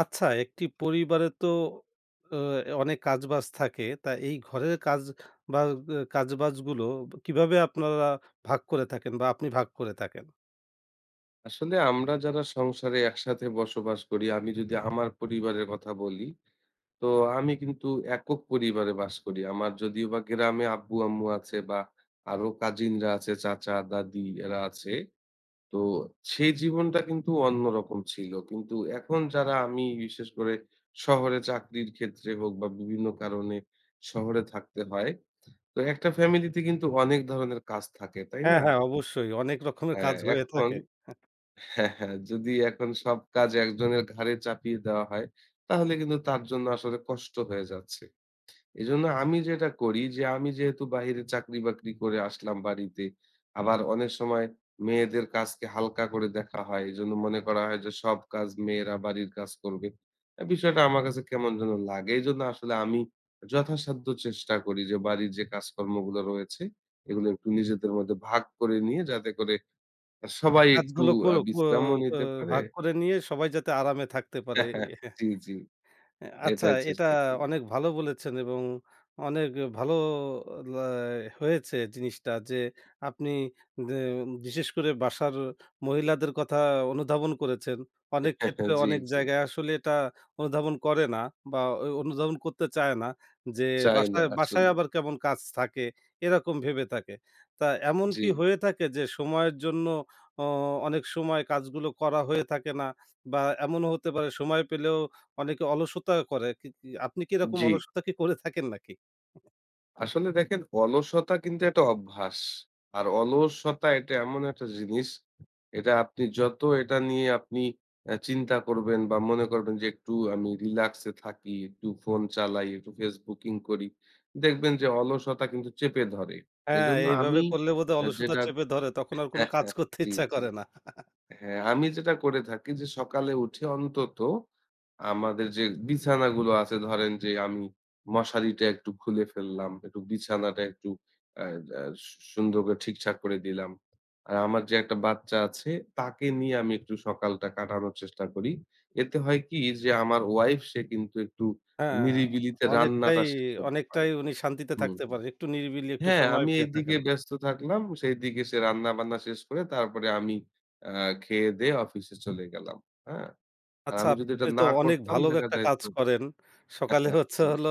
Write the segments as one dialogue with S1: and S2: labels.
S1: আচ্ছা, একটি পরিবারে তো অ অনেক কাজবাজ থাকে। তা এই ঘরের কাজ বা কাজবাজগুলো কিভাবে আপনারা ভাগ করে থাকেন বা আপনি ভাগ করে থাকেন?
S2: আসলে আমরা যারা সংসারে একসাথে বসবাস করি, আমি যদি আমার পরিবারের কথা বলি, তো আমি কিন্তু একক পরিবারে বাস করি। আমার যদিও বা গ্রামে আব্বু-আম্মু আছে বা আরো কাজিনরা আছে, চাচা, দাদি এরা আছে। তো সেই জীবনটা কিন্তু অন্যরকম ছিল। কিন্তু এখন যারা আমি বিশেষ করে শহরে চাকরির ক্ষেত্রে হোক বা বিভিন্ন কারণে শহরে থাকতে হয়। তো একটা ফ্যামিলিতে কিন্তু অনেক ধরনের কাজ থাকে, তাই
S1: হ্যাঁ,
S2: না?
S1: হ্যাঁ, অবশ্যই অনেক রকমের
S2: হ্যাঁ,
S1: কাজ হয়ে
S2: এখন
S1: থাকে।
S2: হ্যাঁ, হ্যাঁ। যদি এখন সব কাজ একজনের ঘাড়ে চাপিয়ে দেওয়া হয়, তাহলে কিন্তু তার জন্য আসলে কষ্ট হয়ে যাচ্ছে। এজন্য আমি যেটা করি যে, আমি যেহেতু বাহিরে চাকরি-বাকরি করে আসলাম বাড়িতে। আবার অনেক সময় মেয়েদের কাজকে হালকা করে দেখা হয়। এজন্য মনে করা হয় যে, সব কাজ মেয়েরা বাড়ির কাজ করবে। বিষয়টা আমার কাছে কেমন যেন লাগে। এজন্য আসলে আমি যথাসাধ্য চেষ্টা করি যে, বাড়ির যে কাজকর্মগুলো রয়েছে, এগুলো একটু নিজেদের মধ্যে ভাগ করে নিয়ে যাতে করে সবাই একটু
S1: কাজগুলো করো ক
S2: বিশ্রামও
S1: ক
S2: নিতে পারে।
S1: ভাগ করে নিয়ে সবাই যাতে আরামে থাকতে পারে।
S2: জি, জি।
S1: আচ্ছা,
S2: এটাই
S1: এটা
S2: চেষ্টা করি।
S1: অনেক ভালো বলেছেন এবং অনেক ভালো লা হয়েছে জিনিসটা যে আপনি দে বিশেষ করে বাসার মহিলাদের কথা অনুধাবন করেছেন। অনেক ক্ষেত্রে
S2: জি,
S1: অনেক
S2: জি।
S1: জায়গায় আসলে এটা অনুধাবন করে না বা অনুধাবন করতে চায় না যে
S2: চায় না
S1: বাসায়
S2: আসলে।
S1: আবার কেমন কাজ থাকে এরকম ভেবে থাকে। তা এমন
S2: জি,
S1: কি হয়ে থাকে যে সময়ের জন্য অ অনেক সময় কাজগুলো করা হয়ে থাকে না বা এমনও হতে পারে সময় পেলেও অনেকে অলসতা করে। কি কি আপনি কি এরকম
S2: জি।
S1: অলসতা কি করে থাকেন নাকি?
S2: আসলে দেখেন অলসতা কিন্তু একটা অভ্যাস। আর অলসতা এটা এমন একটা জিনিস, এটা আপনি যত এটা নিয়ে আপনি চিন্তা করবেন বা মনে করবেন যে একটু আমি রিল্যাক্স এ থাকি, একটু ফোন চালাই, একটু ফেসবুকিং করি। দেখবেন যে অলসতা কিন্তু চেপে ধরে।
S1: হ্যাঁ,
S2: এজন্য
S1: এইভাবে
S2: আমি
S1: করলে বোধহয় অলসতা
S2: যেটা
S1: চেপে ধরে তখন আর কোন কাজ করতে
S2: জি,
S1: ইচ্ছা
S2: জি।
S1: করে না।
S2: হ্যাঁ, আমি যেটা করে থাকি যে সকালে উঠে অন্তত আমাদের যে বিছানাগুলো আছে ধরেন যে আমি মশারিটা একটু খুলে ফেললাম, একটু বিছানাটা একটু আ আ সু সুন্দর করে ঠিকঠাক করে দিলাম। আর আমার যে একটা বাচ্চা আছে তাকে নিয়ে আমি একটু সকালটা কাটানোর চেষ্টা করি। এতে হয় কি যে আমার ওয়াইফ সে কিন্তু একটু
S1: হ্যাঁ,
S2: নিরিবিলিতে রান্নাটা
S1: অনেকটাই,
S2: শেষ করতে পারে।
S1: অনেকটাই উনি শান্তিতে
S2: হুম,
S1: থাকতে
S2: হুম।
S1: পারেন। একটু নিরিবিলি একটু
S2: হ্যাঁ,
S1: সময়
S2: আমি
S1: পেয়ে
S2: এইদিকে
S1: থাকেন।
S2: ব্যস্ত থাকলাম। সেইদিকে সে রান্নাবান্না শেষ করে তারপরে আমি আ খেয়ে-দেয়ে অফিসে চলে গেলাম। হ্যাঁ? আর
S1: আচ্ছা,
S2: আমি যদি এটা
S1: আপনি তো
S2: না
S1: অনেক
S2: করতাম
S1: ভালো
S2: দেখা
S1: একটা
S2: যাইত
S1: কাজ করেন। সকালে হচ্ছে
S2: জি,
S1: হলো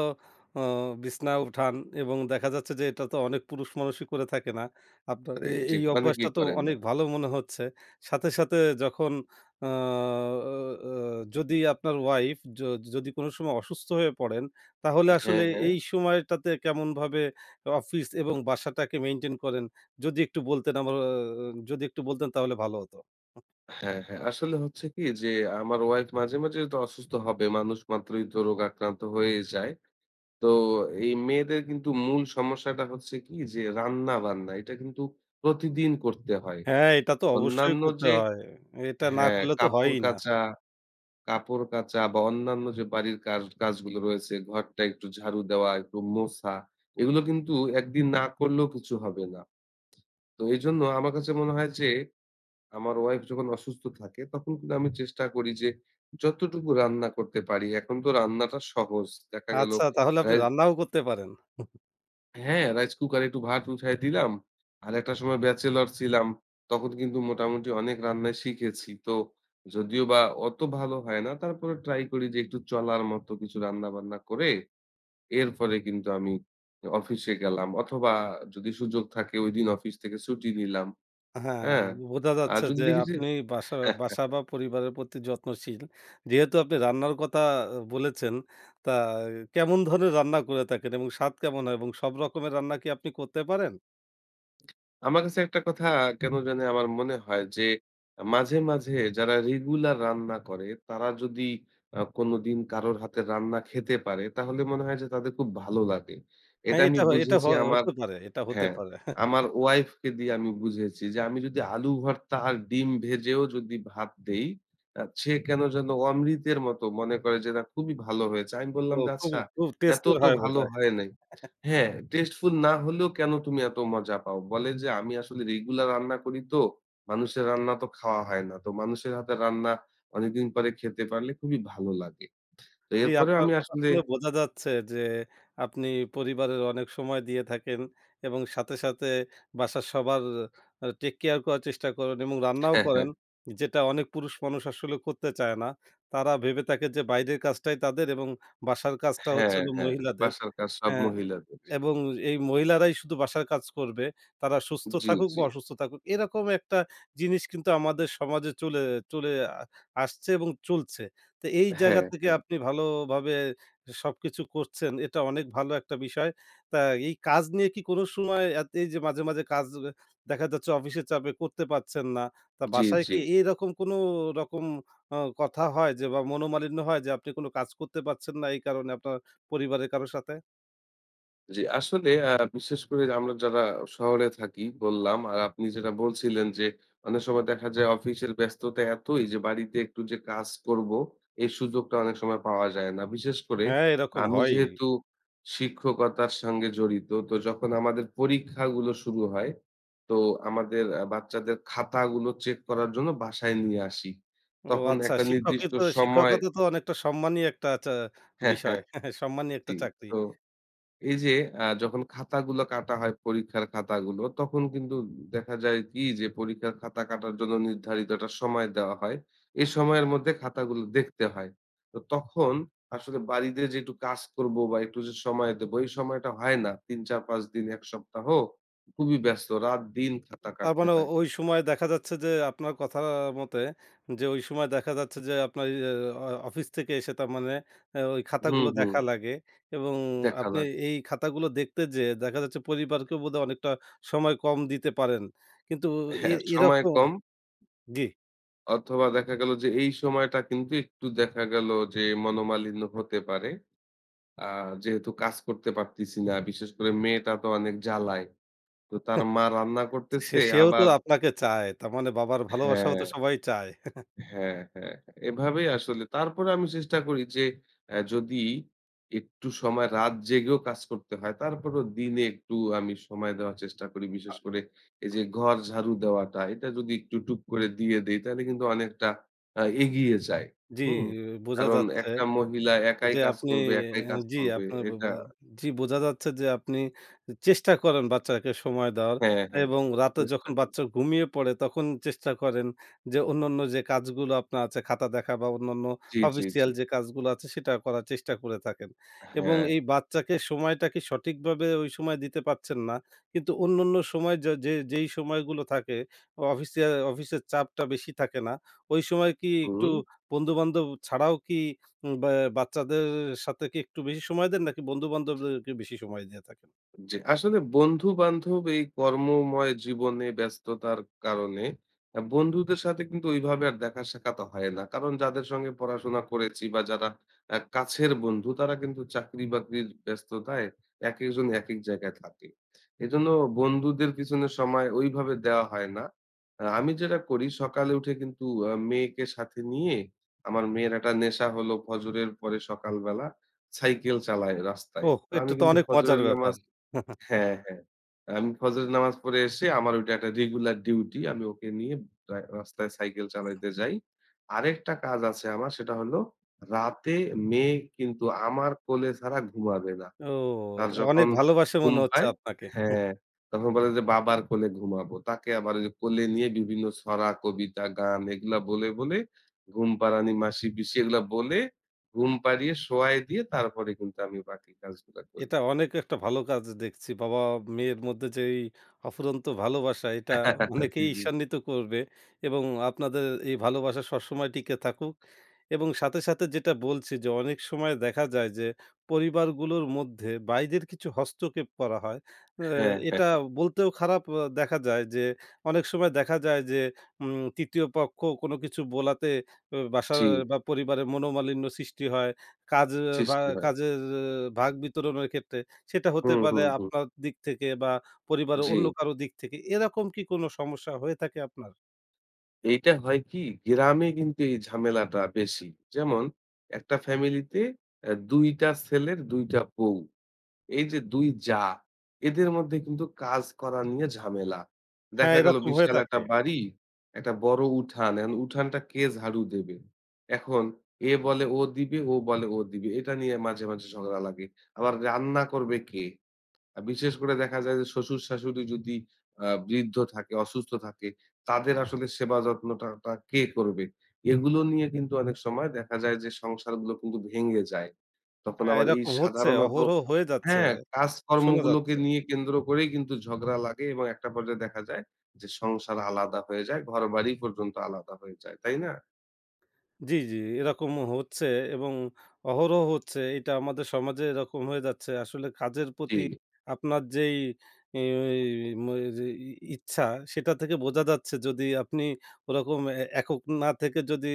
S1: অ বিছনা উঠান এবং দেখা যাচ্ছে যে এটা তো অনেক পুরুষ মানুষই করে থাকে না। আপনার জি।
S2: জি,
S1: এই অভ্যাসটা
S2: অনেকেই
S1: তো
S2: করে না।
S1: অনেক ভালো মনে হচ্ছে। সাথে, সাথে যখন আ অ যদি আপনার ওয়াইফ য যদি কোনো সময় অসুস্থ হয়ে পড়েন, তাহলে
S2: হ্যাঁ,
S1: আসলে
S2: হ্যাঁ।
S1: এই সময়টাতে কেমনভাবে অফিস এবং বাসাটাকে মেইনটেইন করেন? যদি একটু বলতেন তাহলে ভালো হতো।
S2: হ্যাঁ, হ্যাঁ। আসলে হচ্ছে কি যে আমার ওয়াইফ মাঝে, মাঝে তো অসুস্থ হবে। মানুষ মাত্রই তো রোগাক্রান্ত হয়ে যায়। তো এই মেয়েদের কিন্তু মূল সমস্যাটা হচ্ছে কি যে রান্না-বান্না এটা কিন্তু প্রতিদিন করতে হয়।
S1: হ্যাঁ, এটা তো অবশ্যই
S2: অন্যান্য
S1: করতে
S2: যে
S1: হয়। এটা না
S2: হ্যাঁ,
S1: করলে তো
S2: কাপড়
S1: হয়ই না।
S2: কাচা কাপড় কাচা বা অন্যান্য যে বাড়ির কাজগুলো রয়েছে, ঘরটা একটু ঝাড়ু দেওয়া, একটু মোছা, এগুলো কিন্তু একদিন না করলেও কিছু হবে না। তো এজন্য আমার কাছে মনে হয় যে, আমার ওয়াইফ যখন অসুস্থ থাকে, তখন কিন্তু আমি চেষ্টা করি যে, যতটুকু রান্না করতে পারি, এখন তো রান্নাটা সহজ। দেখা গেল
S1: আচ্ছা তাহলে আপনি রান্নাও করতে পারেন।
S2: হ্যাঁ, রাইস কুকারে একটু ভাত উঠায় দিলাম। আর একটা সময় ব্যাচেলর ছিলাম। তখন কিন্তু মোটামুটি অনেক রান্নাই শিখেছি। তো যদিও বা অত ভালো হয় না, তারপরে ট্রাই করি যে একটু চলার মতো কিছু রান্নাবান্না করে এরপরে কিন্তু আমি অফিসে গেলাম। অথবা যদি সুযোগ থাকে ঐদিন অফিস থেকে ছুটি নিলাম।
S1: হ্যাঁ,
S2: হ্যাঁ?
S1: বোঝা
S2: আর
S1: যাচ্ছে
S2: যদি
S1: যে
S2: দেখি যে
S1: আপনি বাসা বাসা বা পরিবারের প্রতি যত্নশীল। যেহেতু আপনি রান্নার কথা বলেছেন, তা কেমন ধরনের রান্না করে থাকেন এবং স্বাদ কেমন হয় এবং সব রকমের রান্না কি আপনি করতে পারেন?
S2: আমার কাছে একটা কথা কেন জানি আমার মনে হয় যে মাঝে, মাঝে যারা রেগুলার রান্না করে তারা যদি কোনদিন কারোর হাতের রান্না খেতে পারে তাহলে মনে হয় যে তাদের খুব ভালো লাগে। এটা
S1: হ্যাঁ,
S2: আমি বুঝেছি আমার
S1: এটা হতে
S2: হ্যাঁ,
S1: পারে।
S2: আমার ওয়াইফকে দিয়ে আমি বুঝিয়েছি যে আমি যদি আলু ভর্তা আর ডিম ভেজেও যদি ভাত দেই, সে কেন যেন অমৃতের মতো মনে করে যে না খুবই ভালো হয়েছে। আমি
S1: তো
S2: বললাম যে,
S1: খুব,
S2: "আচ্ছা
S1: খুব
S2: এত
S1: টেস্টের
S2: তো
S1: হয়
S2: ভালো
S1: বোধহয়।
S2: হয় নাই।" হ্যাঁ, টেস্টফুল না হলেও কেন তুমি এত মজা পাও? বলে যে, "আমি আসলে রেগুলার রান্না করি তো, মানুষের রান্না তো খাওয়া হয় না। তো মানুষের হাতে রান্না অনেকদিন পরে খেতে পারলে খুবই ভালো লাগে।" তো
S1: জি,
S2: এরপরেও
S1: আপনার
S2: আমি
S1: কথা
S2: আসলে
S1: শুনে বোঝা যাচ্ছে যে আপনি পরিবারের অনেক সময় দিয়ে থাকেন এবং সাথে, সাথে বাসার সবার টেক কেয়ার করার চেষ্টা করেন এবং রান্নাও
S2: হ্যাঁ, হ্যাঁ,
S1: করেন। যেটা অনেক পুরুষ মানুষ আসলে করতে চায় না। তারা ভেবে থাকে যে বাইরের কাজটাই তাদের এবং বাসার কাজটা হচ্ছে
S2: হ্যাঁ,
S1: হলো
S2: হ্যাঁ,
S1: মহিলাদের।
S2: বাসার কাজ সব
S1: হ্যাঁ,
S2: মহিলাদের।
S1: এবং এই মহিলারাই শুধু বাসার কাজ করবে। তারা সুস্থ
S2: জি,
S1: থাকুক
S2: জি।
S1: বা অসুস্থ থাকুক। এরকম একটা জিনিস কিন্তু আমাদের সমাজে চলে চলে আসছে এবং চলছে। তো এই জায়গা
S2: হ্যাঁ,
S1: থেকে
S2: হ্যাঁ।
S1: আপনি ভালোভাবে সবকিছু করছেন। এটা অনেক ভালো একটা বিষয়। তা এই কাজ নিয়ে কি কোনো সময় এই যে মাঝে, মাঝে কাজ দেখা যাচ্ছে অফিসের চাপে করতে পারছেন না। তা
S2: জি,
S1: বাসায়
S2: জি,
S1: কি এইরকম কোনো রকম কথা হয় যে বা মনোমালিন্য হয় যে আপনি কোনো কাজ করতে পারছেন না এই কারণে আপনার পরিবারের কারো সাথে?
S2: জি। আসলে বিশেষ করে আমরা যারা শহরে থাকি বললাম, আর আপনি যেটা বলছিলেন যে অনেক সময় দেখা যায় অফিসের ব্যস্ততা এতই যে বাড়িতে একটু যে কাজ করব এই সুযোগটা অনেক সময় পাওয়া যায় না। বিশেষ করে
S1: হ্যাঁ, এরকম
S2: আমি
S1: হয়।
S2: যেহেতু শিক্ষকতার সঙ্গে জড়িত তো যখন আমাদের পরীক্ষাগুলো শুরু হয় তো আমাদের বাচ্চাদের খাতাগুলো চেক করার জন্য বাসায় নিয়ে আসি।
S1: ও
S2: তখন
S1: আচ্ছা
S2: একটা
S1: শিক্ষকই
S2: নির্দিষ্ট
S1: তো
S2: সময়
S1: শিক্ষকতা তো অনেকটা সম্মানী একটা
S2: হ্যাঁ,
S1: বিষয়।
S2: হ্যাঁ,
S1: সম্মানী একটা
S2: জি।
S1: চাকরি।
S2: তো এই যে যখন খাতাগুলো কাটা হয় পরীক্ষার খাতাগুলো, তখন কিন্তু দেখা যায় কি যে পরীক্ষার খাতা কাটার জন্য নির্ধারিত একটা সময় দেওয়া হয়। এই সময়ের মধ্যে খাতাগুলো দেখতে হয়। তো তখন আসলে বাড়িতে যে একটু কাজ করব বা একটু যে সময় দেব এই সময়টা হয় না। ৩, ৪, ৫ দিন ১ সপ্তাহ খুবই ব্যস্ত। রাত-দিন খাতা
S1: তার
S2: কাটতে
S1: মানে
S2: হয়।
S1: ওই সময় দেখা যাচ্ছে যে আপনার কথা মতে যে ওই সময় দেখা যাচ্ছে যে আপনার ইয়ে অ অফিস থেকে এসে তার মানে ওই
S2: হুম,
S1: খাতাগুলো
S2: হুম
S1: দেখা লাগে এবং
S2: দেখা
S1: আপনি
S2: লাগে।
S1: এই খাতাগুলো দেখতে যেয়ে দেখা যাচ্ছে পরিবারকেও বোধহয় অনেকটা সময় কম দিতে পারেন। কিন্তু
S2: হ্যাঁ, সময়
S1: এরকম
S2: কম
S1: জি।
S2: অথবা দেখা গেল যে এই সময়টা কিন্তু একটু দেখা গেল যে মনোমালিন্য হতে পারে। আ যেহেতু কাজ করতে পারতেছি না, বিশেষ করে মেয়েটা তো অনেক জ্বালায়। তো তার মা রান্না করতেছে
S1: সেও তো
S2: আবার
S1: আপনাকে চায়। তার মানে বাবার ভালোবাসাও
S2: হ্যাঁ,
S1: তো সবাই চায়।
S2: হ্যাঁ, হ্যাঁ, এভাবেই আসলে। তারপরে আমি চেষ্টা করি যে যদি একটু সময় রাত জেগেও কাজ করতে হয়, তারপরেও দিনে একটু আমি সময় দেওয়ার চেষ্টা করি। বিশেষ করে এই যে ঘর ঝাড়ু দেওয়াটা, এটা যদি একটু টুক করে দিয়ে দেই তাহলে কিন্তু অনেকটা এগিয়ে যায়।
S1: জি,
S2: হুম?
S1: বোঝা
S2: কারণ
S1: যাচ্ছে।
S2: একটা মহিলা একাই
S1: যে
S2: কাজ
S1: আপনি
S2: করবে, একাই
S1: অ্যা
S2: কাজ
S1: জি,
S2: করবে।
S1: আপনার ব ব
S2: এটা
S1: জি, বোঝা যাচ্ছে যে আপনি চেষ্টা করেন বাচ্চাকে সময় দেওয়ার
S2: হ্যাঁ, হ্যাঁ।
S1: এবং রাতে
S2: চেষ্টা
S1: যখন
S2: করি।
S1: বাচ্চা ঘুমিয়ে পড়ে তখন চেষ্টা করেন যে অন্যান্য যে কাজগুলো আপনার আছে খাতা দেখা বা অন্যান্য
S2: জি, জি, জি।
S1: অফিসিয়াল যে কাজগুলো আছে সেটা করার চেষ্টা করে থাকেন। এবং
S2: হ্যাঁ।
S1: এই বাচ্চাকে সময়টা কি সঠিকভাবে ওই সময় দিতে পারছেন না। কিন্তু অন্যান্য সময় যে যে যেই সময়গুলো থাকে অফিসের চাপটা বেশি থাকে না। ওই সময় কি একটু
S2: হুম।
S1: বন্ধু-বান্ধব ছাড়াও কি বা বাচ্চাদের সাথে কি একটু বেশি সময় দেন নাকি বন্ধু-বান্ধবদেরকে বেশি সময় দিয়ে থাকেন?
S2: জি, আসলে বন্ধু-বান্ধব এই কর্মময় জীবনে ব্যস্ততার কারণে বন্ধুদের সাথে কিন্তু ওইভাবে আর দেখা সাক্ষাৎ হয় না। কারণ যাদের সঙ্গে পড়াশোনা করেছি বা যারা কাছের বন্ধু তারা কিন্তু চাকরি-বাকরির ব্যস্ততায় একেকজন একেক জায়গায় থাকে। এজন্য বন্ধুদের পিছনে সময় ওইভাবে দেওয়া হয় না। আমি যেটা করি সকালে উঠে কিন্তু মেয়েকে সাথে নিয়ে আমার মেয়ের একটা নেশা হলো ফজরের পরে সকালবেলা সাইকেল চালায় রাস্তায়।
S1: ওহ!
S2: তো আমি
S1: এটা তো
S2: কিন্তু
S1: অনেক মজার
S2: ফজরের
S1: ব্যাপার।
S2: নামাজ হ্যাঁ, হ্যাঁ। আমি ফজরের নামাজ পড়ে এসে আমার ওইটা একটা রেগুলার ডিউটি। আমি ওকে নিয়ে রাস্তায় সাইকেল চালাইতে যাই। আরেকটা কাজ আছে আমার সেটা হলো রাতে মেয়ে কিন্তু আমার কোলে ছাড়া ঘুমাবে না।
S1: ও!
S2: তার যখন
S1: অনেক ভালোবাসে
S2: ঘুম
S1: মনে হচ্ছে
S2: পায়
S1: আপনাকে।
S2: হ্যাঁ, তখন বলে যে বাবার কোলে ঘুমাবো। তাকে আবার ওই যে কোলে নিয়ে বিভিন্ন ছড়া, কবিতা, গান এগুলা বলে, ঘুম পাড়ানি মাসি পিসি এগুলা বলে ঘুম পাড়িয়ে শোয়ায় দিয়ে তারপরে কিন্তু আমি বাকি কাজগুলা করি।
S1: এটা অনেক একটা ভালো কাজ দেখছি। বাবা-মেয়ের মধ্যে যেই অফুরন্ত ভালোবাসা, এটা
S2: জি,
S1: অনেকেই
S2: জি।
S1: ঈর্ষান্বিত করবে এবং আপনাদের এই ভালোবাসা সবসময় টিকে থাকুক এবং সাথে, সাথে যেটা বলছি যে অনেক সময় দেখা যায় যে পরিবারগুলোর মধ্যে বাইরের কিছু হস্তক্ষেপ করা হয়। অ্যা
S2: হ্যাঁ, হ্যাঁ।
S1: এটা বলতেও খারাপ দেখা যায় যে অনেক সময় দেখা যায় যে ৩য় পক্ষ কোনো কিছু বোলাতে বাসার
S2: জি,
S1: বা পরিবারে মনোমালিন্য সৃষ্টি হয়। কাজ ভা
S2: সৃষ্টি হয়।
S1: কাজের ভাগ বিতরণের ক্ষেত্রে সেটা হতে
S2: হুম,
S1: পারে
S2: হুম, হুম।
S1: আপনার দিক থেকে বা পরিবারের
S2: জি,
S1: অন্য কারো দিক থেকে। এরকম কি কোনো সমস্যা হয়ে থাকে আপনার?
S2: এইটা হয় কি গ্রামে কিন্তু এই ঝামেলাটা বেশি। যেমন একটা ফ্যামিলিতে ২ টা ছেলের ২ টা বউ। এই যে ২ জা, এদের মধ্যে কিন্তু কাজ করা নিয়ে ঝামেলা।
S1: হ্যাঁ,
S2: দেখা গেল
S1: এরকম হয়ে
S2: বিশাল একটা
S1: থাকে।
S2: বাড়ি, একটা বড় উঠান। এখন উঠানটা কে ঝাড়ু দেবে? এখন এ বলে ও দিবে, ও বলে ও দিবে। এটা নিয়ে মাঝে, মাঝে ঝগড়া লাগে। আবার রান্না করবে কে? বিশেষ করে দেখা যায় যে শ্বশুর-শাশুড়ি যদি বৃদ্ধ থাকে, অসুস্থ থাকে, তাদের আসলে সেবা যত্নটা কে করবে? এগুলো নিয়ে কিন্তু অনেক সময় দেখা যায় যে সংসারগুলো কিন্তু ভেঙে যায়। তখন
S1: হ্যাঁ,
S2: আবার এই
S1: এরকম হচ্ছে,
S2: সাধারণত
S1: অহরহ হয়ে যাচ্ছে,
S2: হ্যাঁ,
S1: শোনা
S2: কাজকর্মগুলোকে
S1: যাচ্ছে।
S2: নিয়ে কেন্দ্র করেই কিন্তু ঝগড়া লাগে এবং একটা পর্যায়ে দেখা যায় যে সংসার আলাদা হয়ে যায়, ঘরবাড়ি পর্যন্ত আলাদা হয়ে যায়। তাই না?
S1: জি, জি, এরকম হচ্ছে এবং অহরহ হচ্ছে। এটা আমাদের সমাজে এরকম হয়ে যাচ্ছে। আসলে কাজের
S2: জি।
S1: প্রতি আপনার যেই ই ম যে ই ইচ্ছা সেটা থেকে বোঝা যাচ্ছে যদি আপনি ওরকম একক না থেকে যদি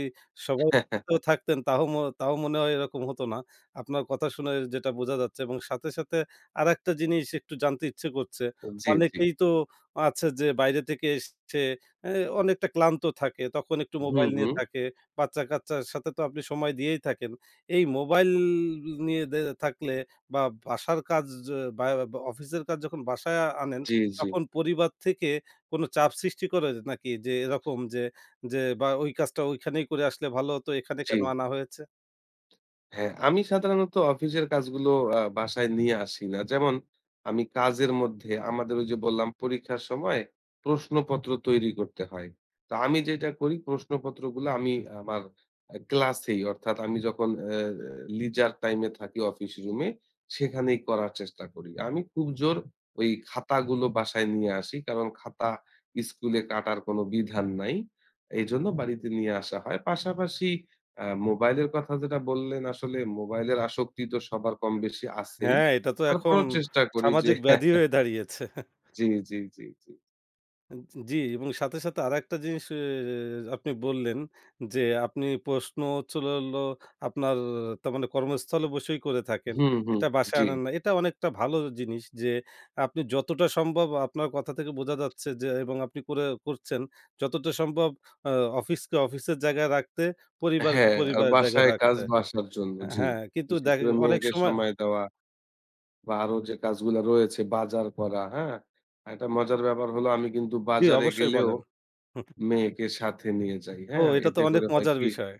S1: সবাই তো থাকতেন তাও মনে হয় এরকম হতো না। আপনার কথা শুনে যেটা বোঝা যাচ্ছে এবং সাথে, সাথে আরেকটা জিনিস একটু জানতে ইচ্ছে করছে।
S2: জি, জি।
S1: অনেকেই তো আছে যে বাইরে থেকে এসছে এ অনেকটা ক্লান্ত থাকে। তখন একটু
S2: হুম,
S1: মোবাইল নিয়ে
S2: হুম।
S1: থাকে। বাচ্চা-কাচ্চার সাথে তো আপনি সময় দিয়েই থাকেন। এই মোবাইল নিয়ে থাকলে বা বাসার কাজ য- বা বা অফিসের কাজ যখন বাসায় আনেন,
S2: জি, জি,
S1: তখন পরিবার থেকে কোনো চাপ সৃষ্টি করে নাকি? যে এরকম যে বা ওই কাজটা ওইখানেই করে আসলে ভালো হতো, এখানে
S2: জি।
S1: কেন আনা হয়েছে?
S2: হ্যাঁ, আমি সাধারণত অফিসের কাজগুলো বাসায় নিয়ে আসি না। যেমন আমি কাজের মধ্যে আমাদের ওই যে বললাম পরীক্ষার সময় প্রশ্নপত্র তৈরি করতে হয়। তো আমি যেটা করি প্রশ্নপত্রগুলো আমি আমার ক্লাসেই অর্থাৎ আমি যখন leisure time এ থাকি অফিস রুমে সেখানেই করার চেষ্টা করি। আমি খুব জোর ওই খাতাগুলো বাসায় নিয়ে আসি। কারণ খাতা স্কুলে কাটার কোনো বিধান নাই। এজন্য বাড়িতে নিয়ে আসা হয়। পাশাপাশি মোবাইলের কথা যেটা বললেন আসলে মোবাইলের আসক্তি তো সবার কম বেশি আছেই।
S1: হ্যাঁ, এটা তো এখন
S2: তারপরেও চেষ্টা করি যে
S1: সামাজিক ব্যাধি হয়ে দাঁড়িয়েছে।
S2: জি, জি, জি, জি।
S1: জি, এবং সাথে, সাথে আরেকটা জিনিস আপনি বললেন যে, আপনি প্রশ্ন হচ্ছিল হলো আপনার তার মানে কর্মস্থলে বসেই করে থাকেন।
S2: হুম, হুম,
S1: এটা বাসায়
S2: জি।
S1: আনেন না। এটা অনেকটা ভালো জিনিস যে, আপনি যতটা সম্ভব আপনার কথা থেকে বোঝা যাচ্ছে যে এবং আপনি করছেন, যতটা সম্ভব আ অফিসকে অফিসের জায়গায় রাখতে, পরিবারকে
S2: হ্যাঁ, আর
S1: পরিবারের জায়গায়
S2: বাসায় কাজ
S1: রাখতে।
S2: বাসার জন্য, জি।
S1: হ্যাঁ, কিন্তু
S2: বিশেষ
S1: দেখ
S2: করে
S1: অনেক
S2: মেয়েকে
S1: সময়
S2: সময় দেওয়া বা আরো যে কাজগুলা রয়েছে বাজার করা, হ্যাঁ? একটা মজার ব্যাপার হলো আমি কিন্তু
S1: জি,
S2: বাজারে
S1: অবশ্যই
S2: গেলেও
S1: বলেন। হুম,
S2: মেয়েকে সাথে নিয়ে যাই,
S1: ও
S2: হ্যাঁ?
S1: এটা তো
S2: এতে
S1: অনেক
S2: করে হয়
S1: মজার
S2: কি
S1: বিষয়।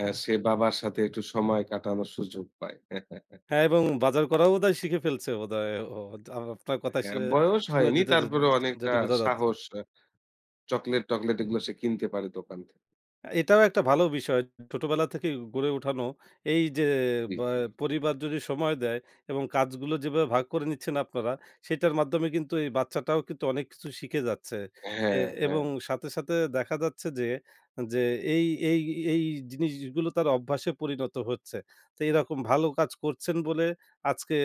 S2: সে বাবার সাথে একটু সময় কাটানোর সুযোগ পায়।
S1: হ্যাঁ, এবং বাজার করাও বোধহয় শিখে ফেলছে বোধহয় ও। আপনার কথা
S2: হ্যাঁ, বয়স
S1: শুনে
S2: হয়নি
S1: যেটা
S2: তারপরেও অনেকটা
S1: যেটা বোঝা যাচ্ছে।
S2: সাহস চকলেট-টকলেট এগুলো সে কিনতে পারে দোকান থেকে।
S1: এটাও একটা ভালো বিষয়। ছোটবেলা থেকেই গড়ে উঠানো। এই যে
S2: জি,
S1: বা
S2: জি।
S1: পরিবার যদি সময় দেয় এবং কাজগুলো যেভাবে ভাগ করে নিচ্ছেন আপনারা, সেটার মাধ্যমে কিন্তু এই বাচ্চাটাও কিন্তু অনেক কিছু শিখে যাচ্ছে। এ
S2: হ্যাঁ, হ্যাঁ।
S1: এবং সাথে, সাথে দেখা যাচ্ছে যে, যে এই, এই, এই জিনিসগুলো তার অভ্যাসে পরিণত হচ্ছে। তো এরকম ভালো কাজ করছেন বলে আজকে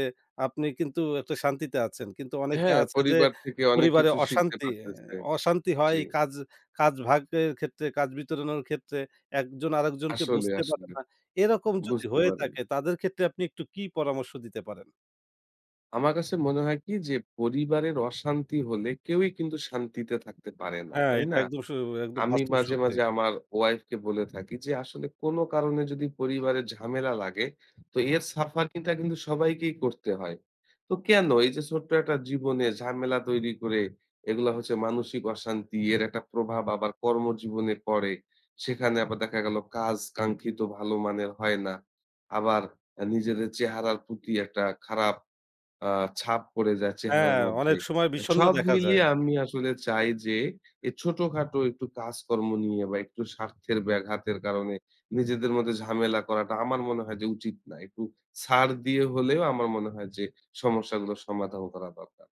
S1: আপনি কিন্তু একটা শান্তিতে আছেন। কিন্তু অনেকে
S2: হ্যাঁ,
S1: আছে যে
S2: পরিবার থেকে অনেক
S1: পরিবারে
S2: কিছু শিখতে
S1: অশান্তি,
S2: পারতেছে।
S1: অশান্তি হয়
S2: জি।
S1: এই কাজ কাজ ভাগের ক্ষেত্রে, কাজ বিতরণের ক্ষেত্রে একজন আরেকজনকে
S2: আসলে,
S1: বুঝতে পারে
S2: আসলে
S1: না। এরকম যদি
S2: বুঝতে
S1: হয়ে
S2: পারেন।
S1: থাকে তাদের ক্ষেত্রে আপনি একটু কি পরামর্শ দিতে পারেন?
S2: আমার কাছে মনে হয় কি যে পরিবারের অশান্তি হলে কেউই কিন্তু শান্তিতে থাকতে পারে না।
S1: হ্যাঁ,
S2: তাই
S1: এটা
S2: না?
S1: একদম একদম
S2: আমি
S1: বাস্তব
S2: মাঝে,
S1: সত্যি।
S2: মাঝে আমার ওয়াইফকে বলে থাকি যে, আসলে কোনো কারণে যদি পরিবারে ঝামেলা লাগে, তো এর suffering টা কিন্তু সবাইকেই করতে হয়। তো কেন এই যে ছোট্ট একটা জীবনে ঝামেলা তৈরি করে এগুলা হচ্ছে মানসিক অশান্তি, এর একটা প্রভাব আবার কর্মজীবনে পড়ে। সেখানে আবার দেখা গেল কাজ কাঙ্ক্ষিত ভালো মানের হয় না। আবার নিজেদের চেহারার প্রতি একটা খারাপ আ ছাপ পড়ে যায় চেহারার
S1: হ্যাঁ,
S2: মধ্যে।
S1: অনেক সময় বিষণ্ণ
S2: সব
S1: দেখা
S2: মিলিয়ে
S1: যায়।
S2: আমি আসলে চাই যে এ ছোটখাটো একটু কাজকর্ম নিয়ে বা একটু স্বার্থের ব্যাঘাতের কারণে নিজেদের মধ্যে ঝামেলা করাটা আমার মনে হয় যে উচিত না। একটু ছাড় দিয়ে হলেও আমার মনে হয় যে সমস্যাগুলোর সমাধান করা দরকার।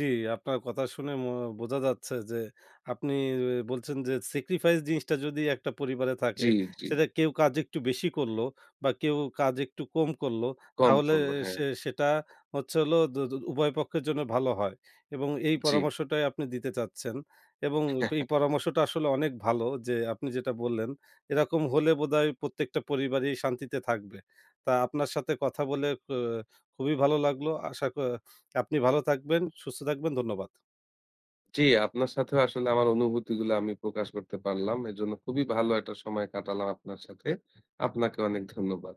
S1: জি, আপনার কথা শুনে বোঝা যাচ্ছে যে আপনি অ বলছেন যে স্যাক্রিফাইস জিনিসটা যদি একটা পরিবারে থাকে,
S2: জি, জি।
S1: সেটা কেউ কাজ একটু বেশি করল বা কেউ কাজ একটু কম করল,
S2: কম
S1: তাহলে
S2: করলো। হ্যাঁ,
S1: সেটা হচ্ছে হলো দু দু উভয় পক্ষের জন্য ভালো হয় এবং এই
S2: জি।
S1: পরামর্শটাই আপনি দিতে চাচ্ছেন এবং
S2: হ্যাঁ,
S1: এই পরামর্শটা আসলে অনেক ভালো যে আপনি যেটা বললেন, এরকম হলে বোধহয় প্রত্যেকটা পরিবারই শান্তিতে থাকবে। তা আপনার সাথে কথা বলে খুবই ভালো লাগলো। আশা ক আপনি ভালো থাকবেন, সুস্থ থাকবেন। ধন্যবাদ।
S2: জি, আপনার সাথেও আসলে আমার অনুভূতিগুলো আমি প্রকাশ করতে পারলাম। এজন্য খুবই ভালো একটা সময় কাটালাম আপনার সাথে। আপনাকে অনেক ধন্যবাদ।